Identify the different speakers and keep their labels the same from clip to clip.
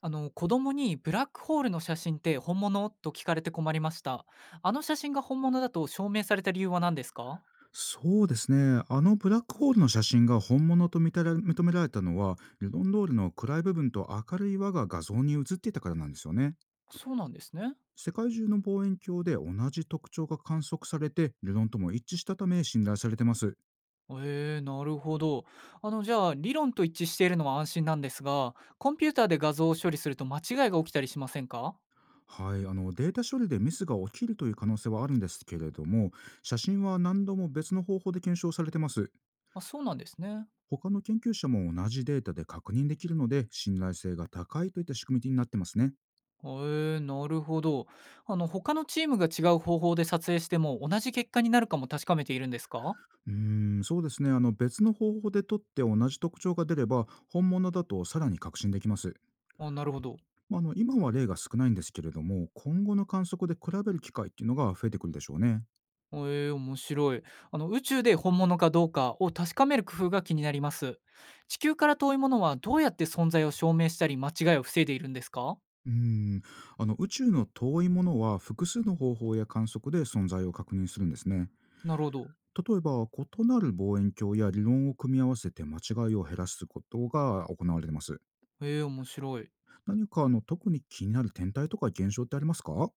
Speaker 1: あの子供にブラックホールの写真って本物と聞かれて困りました。あの写真が本物だと証明された理由は何ですか？
Speaker 2: そうですね。ブラックホールの写真が本物と認められたのは、ルドンドールの暗い部分と明るい輪が画像に映っていたからなんですよね。
Speaker 1: そうなんですね。
Speaker 2: 世界中の望遠鏡で同じ特徴が観測されて、ルドンとも一致したため信頼されてます。
Speaker 1: えー、なるほど。じゃあ理論と一致しているのは安心なんですが、コンピューターで画像を処理すると間違いが起きたりしませんか？
Speaker 2: はい、データ処理でミスが起きるという可能性はあるんですけれども、写真は何度も別の方法で検証されてます。
Speaker 1: あそうなんですね。
Speaker 2: 他の研究者も同じデータで確認できるので、信頼性が高いといった仕組みになってますね。
Speaker 1: えー、なるほど。他のチームが違う方法で撮影しても同じ結果になるかも確かめているんですか？
Speaker 2: そうですね。別の方法で撮って同じ特徴が出れば、本物だとさらに確信できます。
Speaker 1: あなるほど。
Speaker 2: まあ、今は例が少ないんですけれども、今後の観測で比べる機会っていうのが増えてくるでしょうね。
Speaker 1: ええ、面白い。宇宙で本物かどうかを確かめる工夫が気になります。地球から遠いものはどうやって存在を証明したり間違いを防いでいるんですか？
Speaker 2: うーん、宇宙の遠いものは複数の方法や観測で存在を確認するんですね。
Speaker 1: なるほど。
Speaker 2: 例えば、異なる望遠鏡や理論を組み合わせて間違いを減らすことが行われています。
Speaker 1: ええ、面白い。
Speaker 2: 何か特に気になる天体とか現象ってありますか？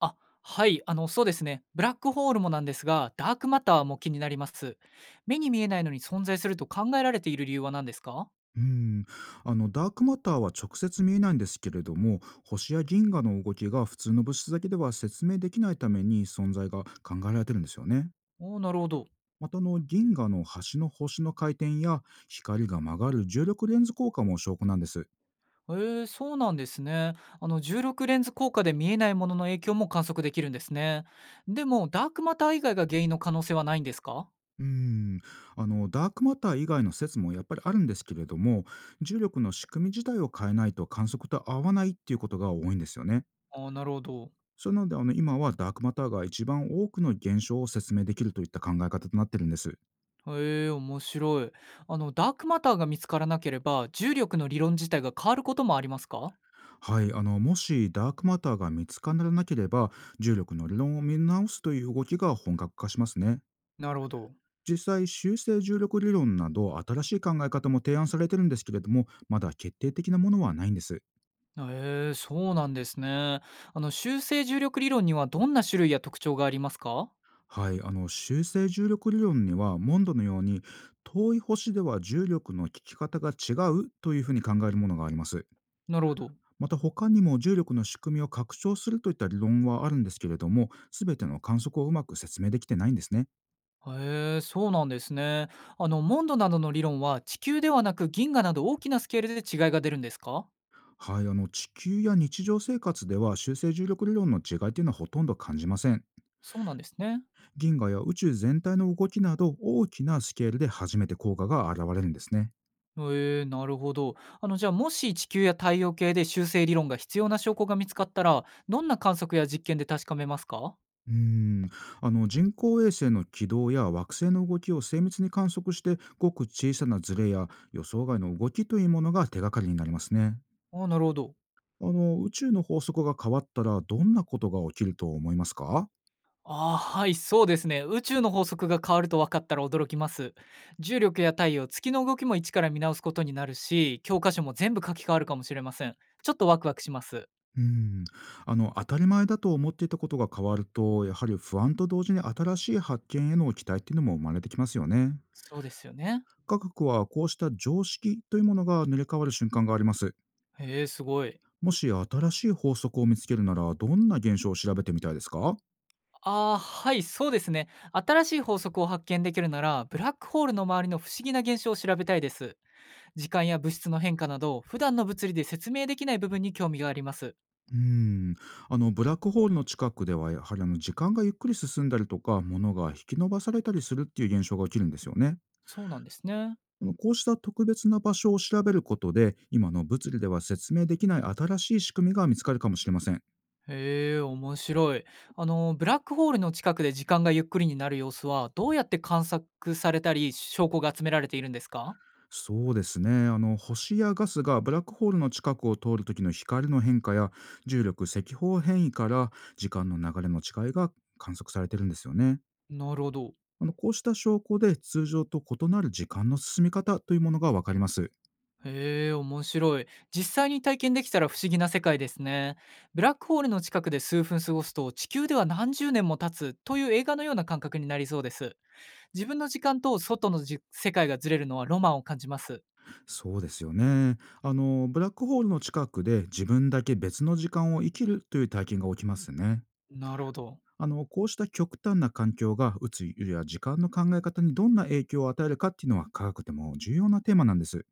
Speaker 1: あ、はい、そうですね。ブラックホールもなんですが、ダークマターも気になります。目に見えないのに存在すると考えられている理由は何ですか？
Speaker 2: うん、ダークマターは直接見えないんですけれども、星や銀河の動きが普通の物質だけでは説明できないために存在が考えられてるんですよね。
Speaker 1: おーなるほど。
Speaker 2: また銀河の端の星の回転や光が曲がる重力レンズ効果も証拠なんです。
Speaker 1: えーそうなんですね。16レンズ効果で見えないものの影響も観測できるんですね。でもダークマター以外が原因の可能性はないんですか？
Speaker 2: うんダークマター以外の説もやっぱりあるんですけれども、重力の仕組み自体を変えないと観測と合わないっていうことが多いんですよね。
Speaker 1: ああ、なるほど。
Speaker 2: それなので今はダークマターが一番多くの現象を説明できるといった考え方となってるんです。
Speaker 1: へえ、面白い。ダークマターが見つからなければ、重力の理論自体が変わることもありますか？
Speaker 2: はい、もしダークマターが見つからなければ、重力の理論を見直すという動きが本格化しますね。
Speaker 1: なるほど。
Speaker 2: 実際、修正重力理論など新しい考え方も提案されてるんですけれども、まだ決定的なものはないんです。
Speaker 1: へえ、そうなんですね。修正重力理論にはどんな種類や特徴がありますか？
Speaker 2: はい、修正重力理論にはモンドのように、遠い星では重力の効き方が違うというふうに考えるものがあります。
Speaker 1: なるほど。
Speaker 2: また他にも重力の仕組みを拡張するといった理論はあるんですけれども、全ての観測をうまく説明できてないんですね。
Speaker 1: へえ、そうなんですね。モンドなどの理論は地球ではなく銀河など大きなスケールで違いが出るんですか？
Speaker 2: はい、地球や日常生活では修正重力理論の違いというのはほとんど感じません。
Speaker 1: そうなんですね。
Speaker 2: 銀河や宇宙全体の動きなど大きなスケールで初めて効果が現れるんですね。
Speaker 1: へえー、なるほど。じゃあ、もし地球や太陽系で修正理論が必要な証拠が見つかったら、どんな観測や実験で確かめますか？
Speaker 2: うーん人工衛星の軌道や惑星の動きを精密に観測して、ごく小さなズレや予想外の動きというものが手がかりになりますね。
Speaker 1: ああ、なるほど。
Speaker 2: 宇宙の法則が変わったらどんなことが起きると思いますか？
Speaker 1: ああ、はい、そうですね。宇宙の法則が変わると分かったら驚きます。重力や太陽、月の動きも一から見直すことになるし、教科書も全部書き換わるかもしれません。ちょっとワクワクします。
Speaker 2: うん、当たり前だと思っていたことが変わると、やはり不安と同時に新しい発見への期待っていうのも生まれてきますよね。
Speaker 1: そうですよね。
Speaker 2: 科学はこうした常識というものが塗り替わる瞬間があります。
Speaker 1: へえ、すごい。
Speaker 2: もし新しい法則を見つけるならどんな現象を調べてみたいですか？
Speaker 1: ああ、はい、そうですね。新しい法則を発見できるなら、ブラックホールの周りの不思議な現象を調べたいです。時間や物質の変化など、普段の物理で説明できない部分に興味があります。
Speaker 2: うんブラックホールの近くではやはり時間がゆっくり進んだりとか物が引き伸ばされたりするっていう現象が起きるんですよね。
Speaker 1: そうなんですね。
Speaker 2: こうした特別な場所を調べることで、今の物理では説明できない新しい仕組みが見つかるかもしれません。
Speaker 1: へえ、面白い。ブラックホールの近くで時間がゆっくりになる様子は、どうやって観察されたり、証拠が集められているんですか？
Speaker 2: そうですね。あの、星やガスがブラックホールの近くを通る時の光の変化や重力、赤方変異から時間の流れの違いが観測されてるんですよね。
Speaker 1: なるほど。
Speaker 2: こうした証拠で通常と異なる時間の進み方というものがわかります。
Speaker 1: へえ、面白い。実際に体験できたら不思議な世界ですね。ブラックホールの近くで数分過ごすと、地球では何十年も経つという映画のような感覚になりそうです。自分の時間と外の世界がずれるのはロマンを感じます。
Speaker 2: そうですよね。あの、ブラックホールの近くで自分だけ別の時間を生きるという体験が起きますね。
Speaker 1: なるほど。
Speaker 2: あの、こうした極端な環境が宇つや時間の考え方にどんな影響を与えるかっていうのは科学でも重要なテーマなんです。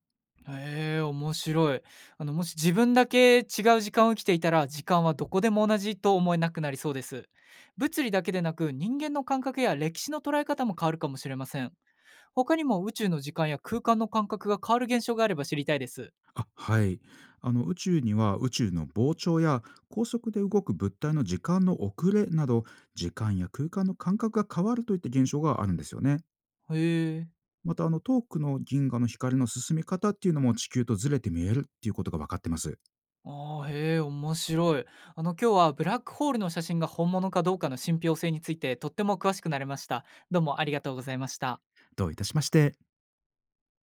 Speaker 1: へえ、面白い。もし自分だけ違う時間を生きていたら、時間はどこでも同じと思えなくなりそうです。物理だけでなく、人間の感覚や歴史の捉え方も変わるかもしれません。他にも宇宙の時間や空間の感覚が変わる現象があれば知りたいです。
Speaker 2: あはい。宇宙には宇宙の膨張や高速で動く物体の時間の遅れなど、時間や空間の感覚が変わるといった現象があるんですよね。
Speaker 1: へえ。
Speaker 2: また遠くの銀河の光の進み方っていうのも地球とずれて見えるっていうことが分かってます。
Speaker 1: ああ、へえ、面白い。今日はブラックホールの写真が本物かどうかの信憑性についてとっても詳しくなれました。どうもありがとうございました。
Speaker 2: どういたしまして。